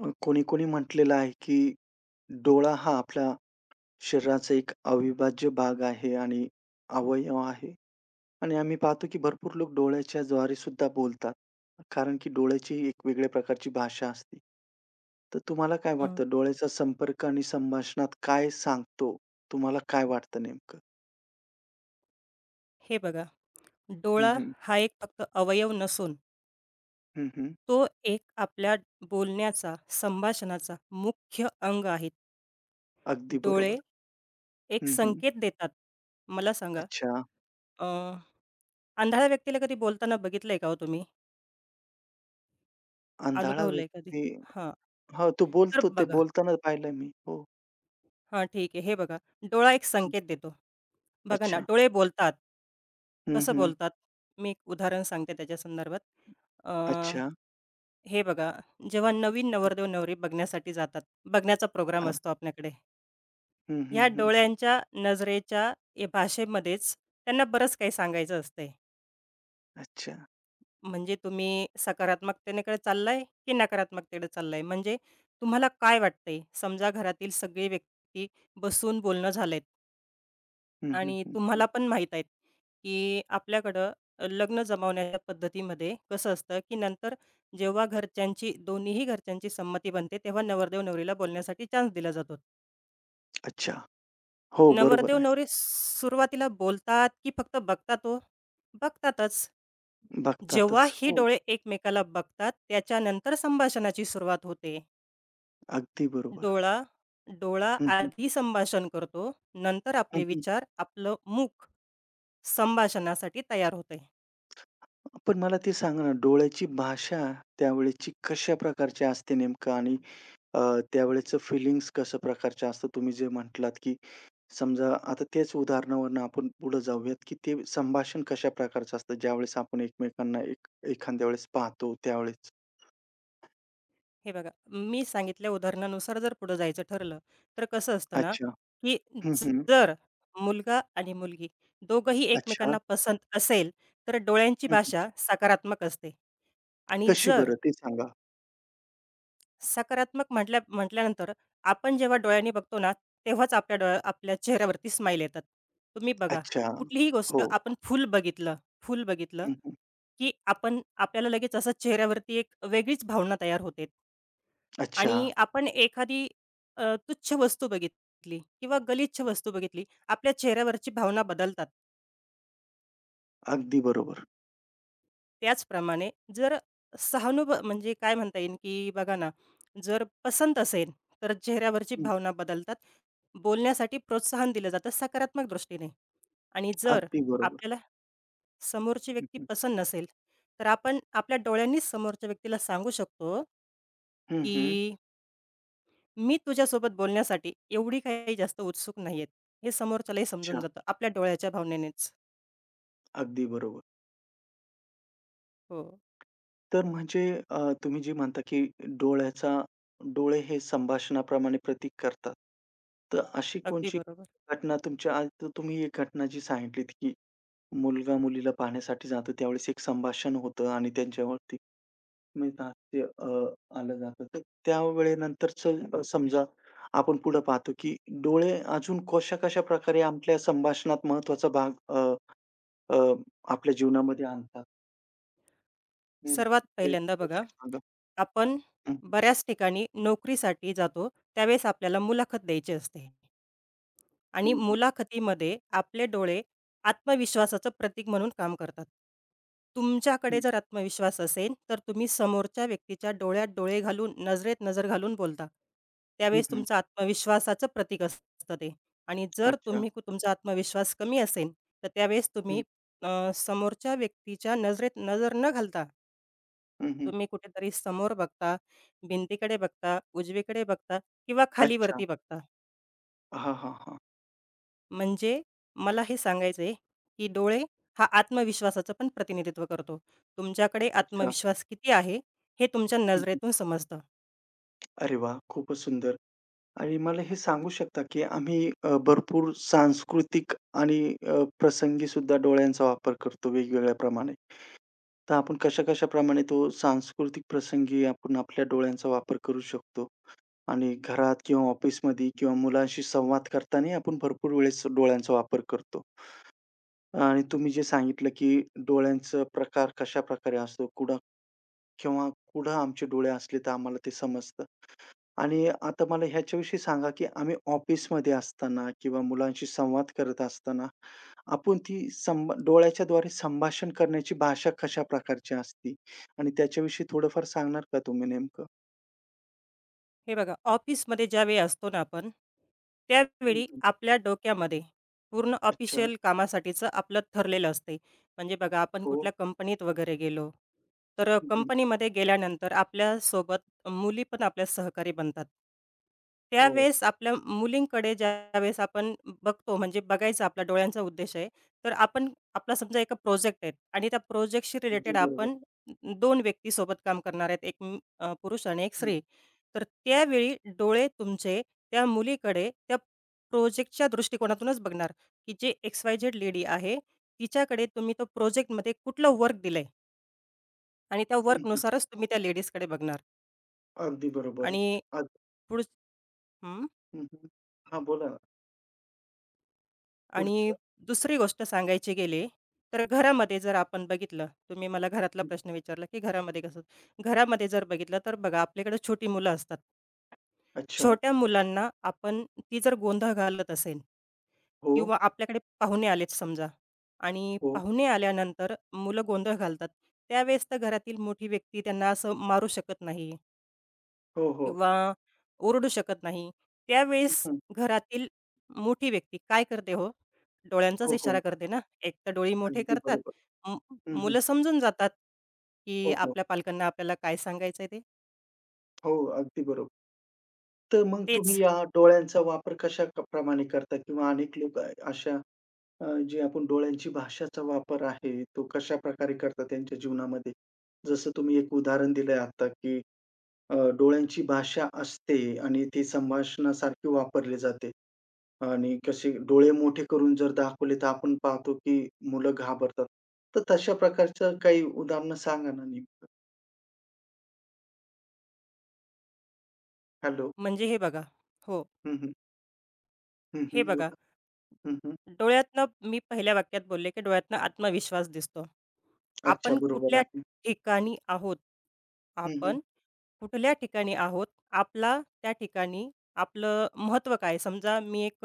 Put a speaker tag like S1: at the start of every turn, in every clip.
S1: कोणी-कोणी म्हटलेलं आहे, की डोळा हा आपल्या शरीराचा एक अविभाज्य भाग आहे आणि अवयव आहे आणि आम्ही पाहतो, की भरपूर लोक डोळ्याच्या द्वारे सुद्धा बोलतात. कारण की डोळ्याची एक वेगळ्या प्रकारची भाषा असते. तर तुम्हाला काय
S2: हं.
S1: वाटतं डोळ्याचा संपर्क आणि संभाषणात काय सांगतो? तुम्हाला काय वाटतं नेमकं?
S2: हे बघा,
S1: हं,
S2: डोळा
S1: हं.
S2: हा एक फक्त अवयव नसून
S1: हं, हं.
S2: तो एक आपल्या बोलण्याचा, संभाषणाचा मुख्य अंग आहे.
S1: अगदी
S2: डोळे
S1: बरोबर.
S2: एक
S1: हं, हं.
S2: संकेत देतात. मला सांगा
S1: अच्छा.
S2: अ, अंधाऱ्या व्यक्तीला कधी बोलताना बघितलंय का हो तुम्ही?
S1: अंधारा
S2: अनुभवलंय कधी?
S1: व्यक्ती
S2: हां,
S1: हो, तो
S2: तर
S1: बोलतो. ते
S2: बघा
S1: बोलताना पाहिलंय मी. हो.
S2: हां, ठीक आहे. हे बघा, डोळा एक
S1: हं.
S2: संकेत देतो. बघा ना,
S1: अच्छा.
S2: डोळे बोलतात.
S1: हं,
S2: कसं
S1: हं.
S2: बोलतात? मी एक उदाहरण सांगते त्याच्या संदर्भात.
S1: अच्छा.
S2: हे बघा, जेव्हा नवीन नवरदेव-नवरी बघण्यासाठी जातात, बघण्याचा
S1: अ,
S2: प्रोग्राम असतो आपल्याकडे.
S1: हं, हं,
S2: ह्या
S1: हं, हं.
S2: डोळ्यांच्या, नजरेच्या ए भाषेमध्येच त्यांना बरंच काही सांगायचं असतंय.
S1: अच्छा.
S2: म्हणजे तुम्ही सकारात्मकतेकडे चाललाय की नकारात्मकतेकडे चाललाय? म्हणजे तुम्हाला काय वाटतंय? समजा घरातील सगळी व्यक्ती बसून बोलणं झालंय.
S1: हं, हं,
S2: आणि
S1: हं, हं.
S2: तुम्हाला पण माहीत आहेत, की आपल्याकडं लग्न जमवण्याच्या पद्धतीमध्ये कसं असतं, की नंतर जेव्हा घरच्यांची दोन्हीही घरच्यांची संमती बनते, तेव्हा नवरदेव-नवरीला बोलण्यासाठी चान्स दिला जातो.
S1: अच्छा. हो, बरोबर आहे.
S2: नवरदेव-नवरी सुरुवातीला बोलतात, की फक्त बघतात हो? बघतातच. जेव्हा
S1: बघतातच.
S2: ही
S1: हो,
S2: डोळे एकमेकाला बघतात, त्याच्यानंतर संभाषणाची सुरुवात होते.
S1: अगदी बरोबर.
S2: डोळा डोळा
S1: हं, हं.
S2: आधी संभाषण करतो, नंतर
S1: हं,
S2: आपले
S1: हं.
S2: विचार, आपलं मुख संभाषणासाठी तयार होते.
S1: पण मला ते सांगा ना, डोळ्याची भाषा त्यावेळेची कशा प्रकारची असते नेमकं आणि अ, त्यावेळेचं फीलिंग्स कशा प्रकारच्या असतात? तुम्ही जे म्हटलात, की समजा आता तेच उदाहरणावरून आपण पुढे जाऊयात, की ते संभाषण कशा प्रकारचं असतं, ज्यावेळेस आपण एकमेकांना एक एखाद्या वेळेस पाहतो त्यावेळेस?
S2: हे बघा, मी सांगितल्या उदाहरणानुसार जर पुढे जायचं ठरलं, तर कसं असतं ना,
S1: अच्छा.
S2: की
S1: हं, हं.
S2: जर मुलगा आणि मुलगी दोघंही
S1: अच्छा.
S2: एकमेकांना पसंत असेल, तर डोळ्यांची
S1: हं, हं.
S2: भाषा सकारात्मक असते आणि
S1: कशी
S2: जर
S1: बरं ते सांगा?
S2: सकारात्मक म्हटल्या म्हटल्यानंतर आपण जेव्हा डोळ्यांनी बघतो ना, तेव्हाच आपल्या डोळ्या आपल्या चेहऱ्यावरती स्माईल येतात. तुम्ही बघा,
S1: अच्छा.
S2: कुठलीही गोष्ट
S1: हो.
S2: आपण फुल बघितलं,
S1: हं, हं.
S2: की आपण आपल्याला लगेच असं चेहऱ्यावरती एक वेगळीच भावना तयार होते.
S1: अच्छा.
S2: आणि आपण एखादी तुच्छ वस्तू बघितली किंवा गलिच्छ वस्तू बघितली, आपल्या चेहऱ्यावरची भावना बदलतात.
S1: अगदी बरोबर.
S2: त्याचप्रमाणे जर सहानुभू म्हणजे काय म्हणता येईल, की बघा ना, जर पसंत असेल, तर चेहऱ्यावरची
S1: हं.
S2: भावना बदलतात. बोलण्यासाठी प्रोत्साहन दिलं जातं सकारात्मक दृष्टीने आणि जर
S1: अगदी बरोबर.
S2: आपल्याला समोरची
S1: हं,
S2: व्यक्ती
S1: हं.
S2: पसंत नसेल, तर आपण आपल्या डोळ्यांनीच समोरच्या व्यक्तीला सांगू शकतो,
S1: हं, हं.
S2: की मी तुझ्यासोबत बोलण्यासाठी एवढी काही जास्त उत्सुक नाही आहेत, हे समोरच्यालाही समजून
S1: अच्छा.
S2: जातं आपल्या डोळ्याच्या भावनेनेच.
S1: अगदी बरोबर.
S2: हो,
S1: तर म्हणजे तुम्ही जे म्हणता की डोळ्याचा डोळे हे संभाषणाप्रमाणे प्रतीक करतात. तर अशी
S2: अगदी
S1: कोणची
S2: बरोबर.
S1: घटना तुमच्या आज तर तुम्ही एक घटना जी सांगितलीत की मुलगा मुलीला पाहण्यासाठी जातो त्यावेळेस एक संभाषण होतं आणि त्यांच्यावरती मी नाट्य आलं जातं. तर त्यावेळेनंतरचं समजा आपण पुढे पाहतो, की डोळे अजून कशा-कशा प्रकारे आपल्या संभाषणात महत्त्वाचा भाग अ, अ, आपल्या जीवनामध्ये आणतात.
S2: सर्वात
S1: नेमकं ते
S2: पहिल्यांदा बघा,
S1: कशी सांगा?
S2: आपण
S1: हं,
S2: बऱ्याच ठिकाणी नोकरीसाठी जातो, त्यावेळेस आपल्याला मुलाखत द्यायची असते. आणि
S1: हं, हं,
S2: मुलाखतीमध्ये आपले डोळे आत्मविश्वासाचं प्रतीक म्हणून काम करतात. तुमच्याकडे
S1: हं,
S2: जर आत्मविश्वास असेल, तर तुम्ही समोरच्या व्यक्तीच्या डोळ्यात डोळे घालून, नजरेत नजर घालून बोलता.
S1: हं,
S2: त्यावेळेस
S1: हं.
S2: तुमचं आत्मविश्वासाचं प्रतीक असतं ते आणि जर
S1: अच्छा.
S2: तुम्ही तुमचा आत्मविश्वास कमी असेल, तर त्यावेळेस
S1: हं,
S2: तुम्ही समोरच्या व्यक्तीच्या नजरेत नजर न घालता,
S1: हं, हं.
S2: तुम्ही कुठेतरी समोर बघता, भिंतीकडे बघता, उजवीकडे बघता किंवा खाली
S1: अच्छा.
S2: बघता.
S1: हां, हां, हां.
S2: म्हणजे मला हे सांगायचं आहे, की डोळे हा आत्मविश्वासाचं पण प्रतिनिधित्व करतो. तुमच्याकडे
S1: अच्छा.
S2: आत्मविश्वास किती आहे, हे तुमच्या
S1: हं, हं.
S2: नजरेतून समजतं.
S1: अरे वाह! खूपच सुंदर. आणि मला हे सांगू शकता, की आम्ही भरपूर सांस्कृतिक आणि प्रसंगीसुद्धा डोळ्यांचा वापर करतो वेगवेगळ्या प्रमाणे. तर आपण कशा-कशाप्रमाणे तो सांस्कृतिक प्रसंगी आपण आपल्या डोळ्यांचा वापर करू शकतो? आणि घरात किंवा ऑफिसमध्ये किंवा मुलांशी संवाद करतानाही आपण भरपूर वेळेस डोळ्यांचा वापर करतो. आणि तुम्ही जे सांगितलं, की डोळ्यांचा प्रकार कशाप्रकारे असतो? कुठं केव्हा कुठं आमचे डोळे असले तर आम्हाला ते समजतं. आणि आता मला ह्याच्याविषयी सांगा, की आम्ही ऑफिसमध्ये असताना किंवा मुलांशी संवाद करत असताना, आपण ती डोळ्याच्याद्वारे संभाषण करण्याची भाषा कशा प्रकारची असते? आणि त्याच्याविषयी थोडंफार सांगणार का तुम्ही नेमकं?
S2: हे बघा, ऑफिसमध्ये ज्यावेळी असतो ना आपण,
S1: हं,
S2: त्यावेळी
S1: हं.
S2: आपल्या डोक्यामध्ये पूर्ण
S1: अच्छा.
S2: ऑफिशियल कामासाठीचं आपलं ठरलेलं असते. म्हणजे बघा, आपण
S1: हो.
S2: कुठल्या कंपनीत वगैरे गेलो, तर
S1: हं, हं.
S2: कंपनीमध्ये गेल्यानंतर आपल्यासोबत मुली पण आपल्या सहकारी बनतात.
S1: हो.
S2: त्यावेळेस आपल्या मुलींकडे ज्यावेळेस आपण बघतो, म्हणजे बघायचा आपल्या डोळ्यांचा उद्देश आहे, तर आपण आपला समजा एका प्रोजेक्ट आहे आणि त्या प्रोजेक्टशी
S1: अगदी
S2: रिलेटेड
S1: बरोबर.
S2: आपण 2 व्यक्तीसोबत काम करणार आहेत. पुरुष आणि एक
S1: हं,
S2: स्त्री. तर त्यावेळी डोळे तुमचे त्या मुलीकडे त्या प्रोजेक्टच्या दृष्टिकोनातूनच बघणार, की जे एक्स-वाय-झेड लेडी आहे, तिच्याकडे तुम्ही तो प्रोजेक्टमध्ये कुठलं वर्क दिलंय आणि त्या
S1: हं, हं.
S2: वर्कनुसारच तुम्ही त्या लेडीजकडे बघणार
S1: अगदी बरोबर.
S2: आणि
S1: अग
S2: पुढ हं.
S1: हं, हं. हां, बोला ना.
S2: आणि
S1: पुढचं?
S2: दुसरी गोष्ट सांगायची गेली, तर घरामध्ये जर आपण बघितलं, तुम्ही मला घरातला
S1: हं.
S2: प्रश्न विचारला, की घरामध्ये कसं? घरामध्ये जर बघितलं, तर बघा आपल्याकडे छोटी मुलं असतात.
S1: अच्छा.
S2: छोट्या मुलांना आपण ती जर गोंधळ घालत असेल
S1: हो,
S2: किंवा आपल्याकडे पाहुणे आलेत समजा आणि
S1: हो.
S2: पाहुणे आल्यानंतर मुलं गोंधळ घालतात. त्यावेळेस तर घरातील मोठी व्यक्ती त्यांना असं मारू शकत नाही
S1: हो, हो.
S2: किंवा ओरडू शकत नाही.
S1: हं,
S2: त्यावेळेस
S1: हं.
S2: घरातील मोठी व्यक्ती काय करते हो? डोळ्यांचाच
S1: हो, हो.
S2: इशारा करते ना. एक तर डोळे मोठे
S1: अगदी
S2: करतात.
S1: बरोबर.
S2: मु
S1: हं, हं.
S2: मुलं समजून जातात, की
S1: हो, हो.
S2: आपल्या पालकांना आपल्याला काय सांगायचंय ते.
S1: हो, अगदी बरोबर. तर मग
S2: तेच
S1: तुम्ही या डोळ्यांचा वापर कशा प्रमाणे करता? किंवा अनेक लोक अशा जे आपण डोळ्यांची भाषाचा वापर आहे, तो कशाप्रकारे करतात त्यांच्या जीवनामध्ये? जसं तुम्ही एक उदाहरण दिलंय आता, की डोळ्यांची भाषा असते आणि ती संभाषणासारखी वापरली जाते आणि कसे डोळे मोठे करून जर दाखवले, तर आपण पाहतो, की मुलं घाबरतात. तर तशा प्रकारचं काही उदाहरणं सांगा ना नेमकं? हॅलो.
S2: म्हणजे हे बघा हो,
S1: हं, हं. हं,
S2: हे
S1: हं.
S2: बघा
S1: बोला. हं, हं.
S2: डोळ्यातनं मी पहिल्या वाक्यात बोलले, की डोळ्यातनं आत्मविश्वास दिसतो.
S1: अच्छा,
S2: आपण
S1: बरोबर
S2: कुठल्या
S1: आहे.
S2: ठिकाणी आहोत,
S1: हं, हं.
S2: आपण कुठल्या ठिकाणी आहोत, आपला त्या ठिकाणी आपलं महत्त्व काय? समजा मी एक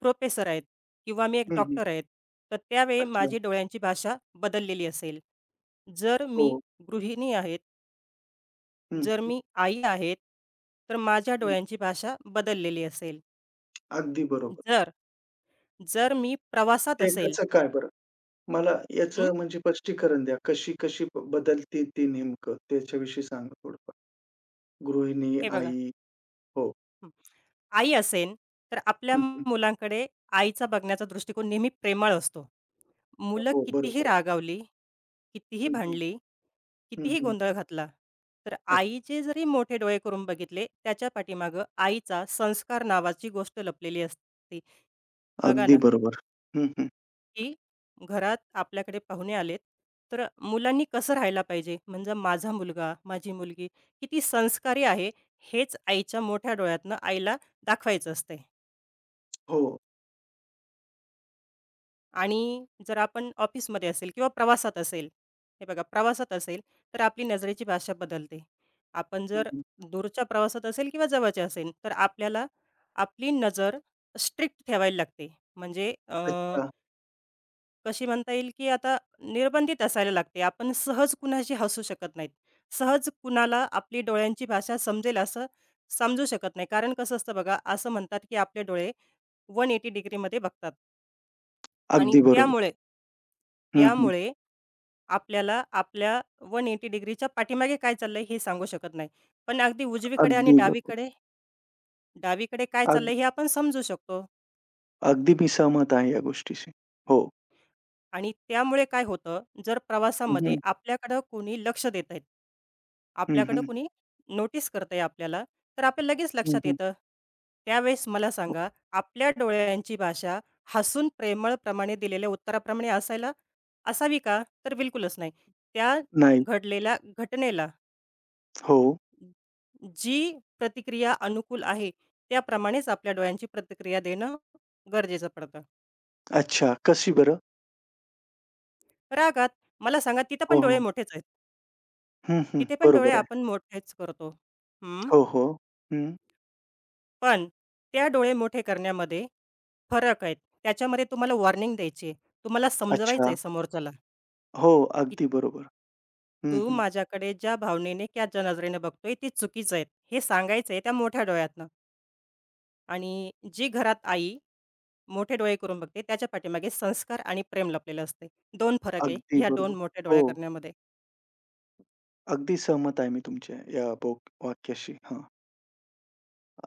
S2: प्रोफेसर आहेत किंवा मी एक
S1: हं, हं.
S2: डॉक्टर आहेत, तर त्यावेळी
S1: अच्छा.
S2: माझी डोळ्यांची भाषा बदललेली असेल. जर मी
S1: हो.
S2: गृहिणी आहेत,
S1: हं,
S2: जर
S1: हं,
S2: मी आई आहेत, तर माझ्या
S1: हं.
S2: डोळ्यांची भाषा बदललेली असेल.
S1: अगदी बरोबर.
S2: जर, जर मी प्रवासात
S1: ते
S2: असेल,
S1: कसं काय बरं? मला
S2: हं,
S1: याचं म्हणजे स्पष्टीकरण द्या. कशी-कशी बदलते ती नेमकं त्याच्याविषयी सांगा थोडंफार. गृहिणी,
S2: हे बघा
S1: आई हो.
S2: हं. आई असेल, तर आपल्या
S1: हं, हं.
S2: मुलांकडे आईचा बघण्याचा दृष्टिकोन नेहमी प्रेमळ असतो. मुलं
S1: हो,
S2: कितीही
S1: बरोबर.
S2: रागावली, कितीही
S1: हं, हं.
S2: भांडली,
S1: हं,
S2: कितीही
S1: हं.
S2: गोंधळ घातला, तर
S1: अच्छा.
S2: आईचे जरी मोठे डोळे करून बघितले, त्याच्या पाठीमागं आईचा संस्कार नावाची गोष्ट लपलेली असते. बघा
S1: अगदी
S2: ना,
S1: बरोबर. हं, हं.
S2: की घरात आपल्याकडे पाहुणे आलेत, तर मुलांनी कसं राहायला पाहिजे? म्हणजे माझा मुलगा, माझी मुलगी किती संस्कारी आहे, हेच आईच्या मोठ्या डोळ्यातनं आईला दाखवायचं असतंय.
S1: हो.
S2: आणि जर आपण ऑफिसमध्ये असेल किंवा प्रवासात असेल, हे बघा प्रवासात असेल, तर आपली नजरेची भाषा बदलते. आपण
S1: हं,
S2: जर
S1: हं.
S2: दूरच्या प्रवासात असेल किंवा जवळच्या असेल, तर आपल्याला आपली नजर स्ट्रिक्ट ठेवायला लागते. म्हणजे
S1: अच्छा.
S2: कशी म्हणता येईल, की आता निर्बंधित असायला लागते. आपण सहज कुणाशी हसू शकत नाहीत. सहज कुणाला आपली डोळ्यांची भाषा समजेल असं समजू शकत नाही. कारण कसं असतं बघा, असं म्हणतात, की आपले डोळे 180 डिग्रीमध्ये बघतात आणि
S1: अगदी बरोबर.
S2: त्यामुळे
S1: हं, हं.
S2: त्यामुळे आपल्याला आपल्या 180 डिग्रीच्या पाठीमागे काय चाललंय हे सांगू शकत नाही. पण अगदी उजवीकडे आणि
S1: अगदी बरोबर.
S2: डावीकडे डावीकडे काय
S1: अग
S2: चाललंय हे आपण समजू शकतो.
S1: अगदी मी सहमत आहे या गोष्टीशी. हो.
S2: आणि त्यामुळे काय होतं, जर
S1: हं,
S2: प्रवासामध्ये
S1: हं.
S2: आपल्याकडं कोणी लक्ष देतंय,
S1: हं,
S2: आपल्याकडं
S1: हं.
S2: कोणी नोटीस करतंय आपल्याला, तर आपल्याला लगेच
S1: हं,
S2: लक्षात
S1: हं.
S2: येतं. त्यावेळेस मला सांगा, आपल्या डोळ्यांची भाषा हसून प्रेमळप्रमाणे दिलेल्या उत्तराप्रमाणे असायला असावी का? तर बिलकुलच नाही. त्या
S1: नाही.
S2: घडलेल्या घटनेला
S1: हो.
S2: जी प्रतिक्रिया अनुकूल आहे, त्याप्रमाणेच आपल्या डोळ्यांची प्रतिक्रिया देणं गरजेचं पडतं.
S1: अच्छा. कशी बरं?
S2: रागात मला सांगा, तिथं
S1: हो,
S2: पण डोळे
S1: हो.
S2: मोठेच आहेत.
S1: हं, हं.
S2: तिथे पण डोळे
S1: बरोबर आहे.
S2: आपण मोठेच करतो. हं.
S1: हो, हो. हं.
S2: पण त्या डोळे मोठे करण्यामध्ये फरक आहेत. त्याच्यामध्ये तुम्हाला वॉर्निंग द्यायची आहे. तुम्हाला समजवायचं
S1: अच्छा.
S2: आहे समोरच्याला,
S1: हो,
S2: की
S1: अगदी बरोबर. हं,
S2: "तू
S1: हं.
S2: माझ्याकडे ज्या भावनेने किंवा ज्या नजरेने बघतोय ते चुकीचं आहे." हे सांगायचं आहे त्या मोठ्या डोळ्यातनं आणि जी घरात आई मोठे डोळे करून बघते त्याच्या पाठीमागे संस्कार आणि प्रेम लपलेलं असते. 2 फरक आहे
S1: अगदी
S2: ह्या 2
S1: बरोबर.
S2: मोठ्या
S1: हो,
S2: डोळ्या करण्यामध्ये.
S1: अगदी सहमत आहे मी तुमच्या या वाक्याशी. हां.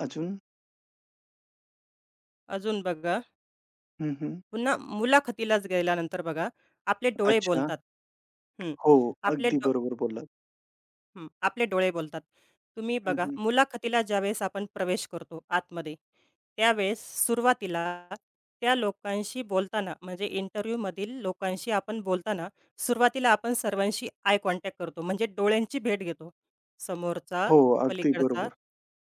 S1: अजून?
S2: अजून बघा
S1: हं, हं.
S2: पुन्हा मुलाखतीलाच गेल्यानंतर बघा आपले डोळे
S1: अच्छा.
S2: बोलतात. हं.
S1: हो,
S2: आपले
S1: अगदी
S2: डो
S1: बरोबर बोललात.
S2: हं, आपले डोळे बोलतात. तुम्ही
S1: हं,
S2: बघा,
S1: हं.
S2: मुलाखतीला ज्यावेळेस आपण प्रवेश करतो आतमध्ये, त्यावेळेस सुरुवातीला त्या लोकांशी बोलताना म्हणजे इंटरव्ह्यूमधील लोकांशी आपण बोलताना सुरुवातीला आपण सर्वांशी आय कॉन्टॅक्ट करतो. म्हणजे डोळ्यांची भेट घेतो. समोरचा,
S1: हो, अगदी
S2: पलीकडचा,
S1: बरोबर.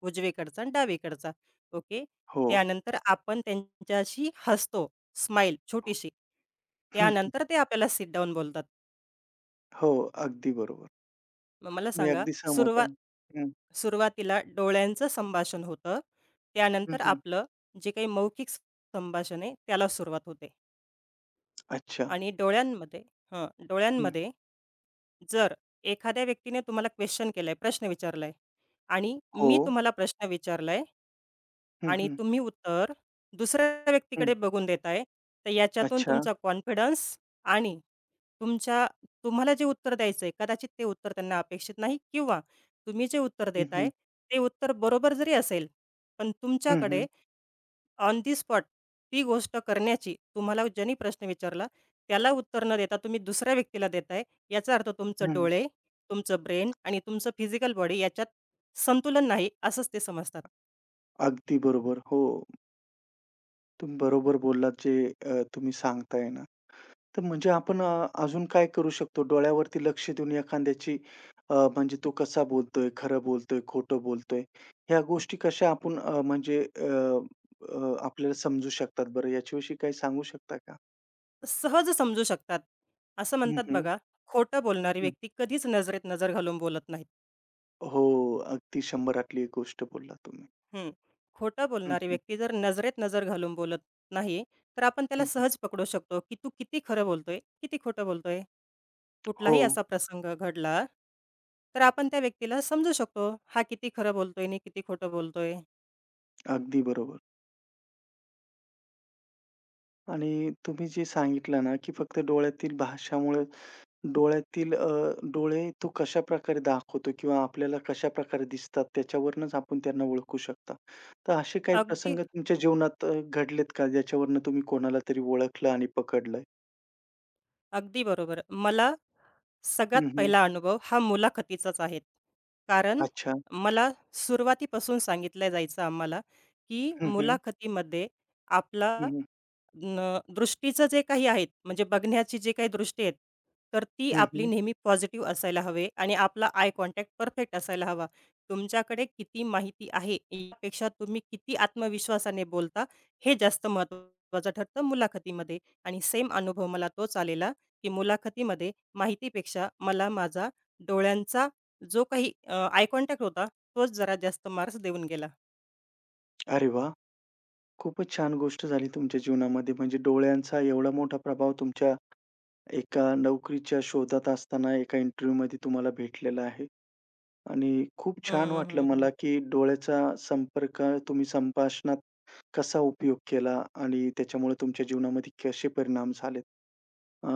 S2: उजवीकडचा आणि डावीकडचा. ओके.
S1: हो.
S2: त्यानंतर आपण त्यांच्याशी हसतो, स्माईल छोटीशी.
S1: हं, हं.
S2: त्यानंतर ते आपल्याला सिट डाउन बोलतात.
S1: हो, अगदी बरोबर.
S2: मग मला
S1: मी
S2: सांगा,
S1: अगदी सहमत आहे. हं,
S2: सुरुवातीला डोळ्यांचं संभाषण होतं.
S1: हं,
S2: त्यानंतर
S1: हं.
S2: आपलं जे काही मौखिक संभाषण आहे, त्याला सुरुवात होते
S1: अच्छा.
S2: आणि डोळ्यांमध्ये हं,
S1: हं.
S2: डोळ्यांमध्ये जर एखाद्या व्यक्तीने तुम्हाला क्वेश्चन केलाय, प्रश्न विचारलाय आणि
S1: हो.
S2: मी तुम्हाला प्रश्न विचारलाय
S1: हं,
S2: आणि
S1: हं.
S2: तुम्ही उत्तर दुसऱ्या
S1: हं.
S2: व्यक्तीकडे बघून देताय. तर याच्यातून
S1: अच्छा.
S2: तुमचा कॉन्फिडन्स आणि तुमच्या तुम्हाला जे उत्तर द्यायचंय, कदाचित ते उत्तर त्यांना अपेक्षित नाही किंवा तुम्ही जे उत्तर
S1: हं,
S2: देताय,
S1: हं.
S2: ते उत्तर बरोबर जरी असेल, पण
S1: हं, हं.
S2: तुमच्याकडे ऑन दी स्पॉट ती गोष्ट करण्याची तुम्हाला ज्यांनी प्रश्न विचारला, त्याला उत्तर न देता तुम्ही दुसऱ्या व्यक्तीला देताय. याचा अर्थ तुमचे
S1: हं.
S2: डोळे, तुमचं ब्रेन आणि तुमचं फिजिकल बॉडी याच्यात संतुलन नाही, असंच ते समजतात.
S1: अगदी बरोबर. हो, तुम्ही बरोबर बोललात जे तुम्ही सांगताय ना. तर म्हणजे आपण अजून काय करू शकतो? डोळ्यावरती लक्ष देऊन एखाद्याची म्हणजे तो कसा बोलतोय, खरं बोलतोय, खोटं बोलतोय, ह्या गोष्टी कशा आपण म्हणजे अ, अ, आपल्याला समजू शकतात बरं, याच्याविषयी काही सांगू शकता का?
S2: सहज समजू शकतात. असं
S1: हं,
S2: म्हणतात
S1: हं,
S2: बघा, खोटं बोलणारी
S1: हं.
S2: व्यक्ती कधीच नजरेत नजर घालून बोलत नाही.
S1: हो, अगदी 100त एक गोष्ट बोलला तुम्ही.
S2: हं. खोटं
S1: हं,
S2: बोलणारी
S1: हं,
S2: व्यक्ती जर नजरेत नजर घालून बोलत नाही, तर आपण
S1: हं,
S2: त्याला
S1: हं.
S2: सहज पकडू शकतो, की तू किती खरं बोलतोय, किती खोटं बोलतोय. कुठलाही
S1: हो,
S2: असा प्रसंग घडला, तर आपण त्या व्यक्तीला समजू शकतो, हा किती खरं बोलतोय आणि किती खोटं बोलतोय.
S1: अगदी बरोबर. आणि तुम्ही जे सांगितलं ना, की फक्त डोळ्यातील भाषामुळे डोळ्यातील डोळे तो कशाप्रकारे दाखवतो किंवा आपल्याला कशाप्रकारे दिसतात त्याच्यावरूनच आपण त्यांना ओळखू शकता. तर असे काही
S2: अगदी
S1: प्रसंग तुमच्या जीवनात घडलेत का ज्याच्यावरनं तुम्ही कोणाला तरी ओळखलं आणि पकडलंय?
S2: अगदी बरोबर. मला
S1: हं,
S2: सगळ्यात
S1: हं.
S2: पहिला अनुभव हा मुलाखतीचाच आहे. कारण
S1: अच्छा.
S2: मला सुरुवातीपासून सांगितलं जायचं आम्हाला, की
S1: हं, हं.
S2: मुलाखतीमध्ये आपला
S1: हं, हं.
S2: दृष्टीचं जे काही आहेत, म्हणजे बघण्याची जे काही दृष्टी आहे, तर ती
S1: हं,
S2: आपली
S1: हं.
S2: नेहमी पॉझिटिव्ह असायला हवे, आणि आपला आय कॉन्टॅक्ट परफेक्ट असायला हवा. तुमच्याकडे किती माहिती आहे, यापेक्षा तुम्ही किती आत्मविश्वासाने बोलता, हे जास्त महत्त्वाचं ठरतं मुलाखतीमध्ये. आणि सेम अनुभव मला तोच आलेला, की मुलाखतीमध्ये माहितीपेक्षा मला माझा डोळ्यांचा जो काही आय कॉन्टॅक्ट होता, तोच जरा जास्त मार्क्स देऊन गेला.
S1: अरे वाह! खूपच छान गोष्ट झाली तुमच्या जीवनामध्ये. म्हणजे डोळ्यांचा एवढा मोठा प्रभाव तुमच्या एका नोकरीच्या शोधात असताना एका इंटरव्ह्यूमध्ये तुम्हाला भेटलेला आहे आणि खूप छान
S2: हं,
S1: वाटलं
S2: हं, हं.
S1: मला, की डोळ्याचा संपर्क तुम्ही संभाषणात कसा उपयोग केला आणि त्याच्यामुळे तुमच्या जीवनामध्ये कसे परिणाम झालेत? अ,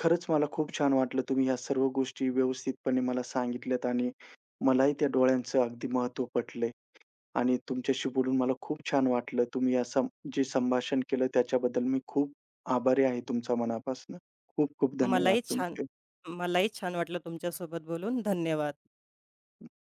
S1: खरंच मला खूप छान वाटलं तुम्ही ह्या सर्व गोष्टी व्यवस्थितपणे मला सांगितल्यात आणि मलाही त्या डोळ्यांचं अगदी महत्त्व पटलंय आणि तुमच्याशी बोलून मला खूप छान वाटलं. तुम्ही या जे संभाषण केलं त्याच्याबद्दल मी खूप आभारी आहे तुमचा मनापासून. खूप खूप धन्यवाद
S2: मलाही छान
S1: तुमचे.
S2: मलाही छान वाटलं तुमच्यासोबत बोलून. धन्यवाद.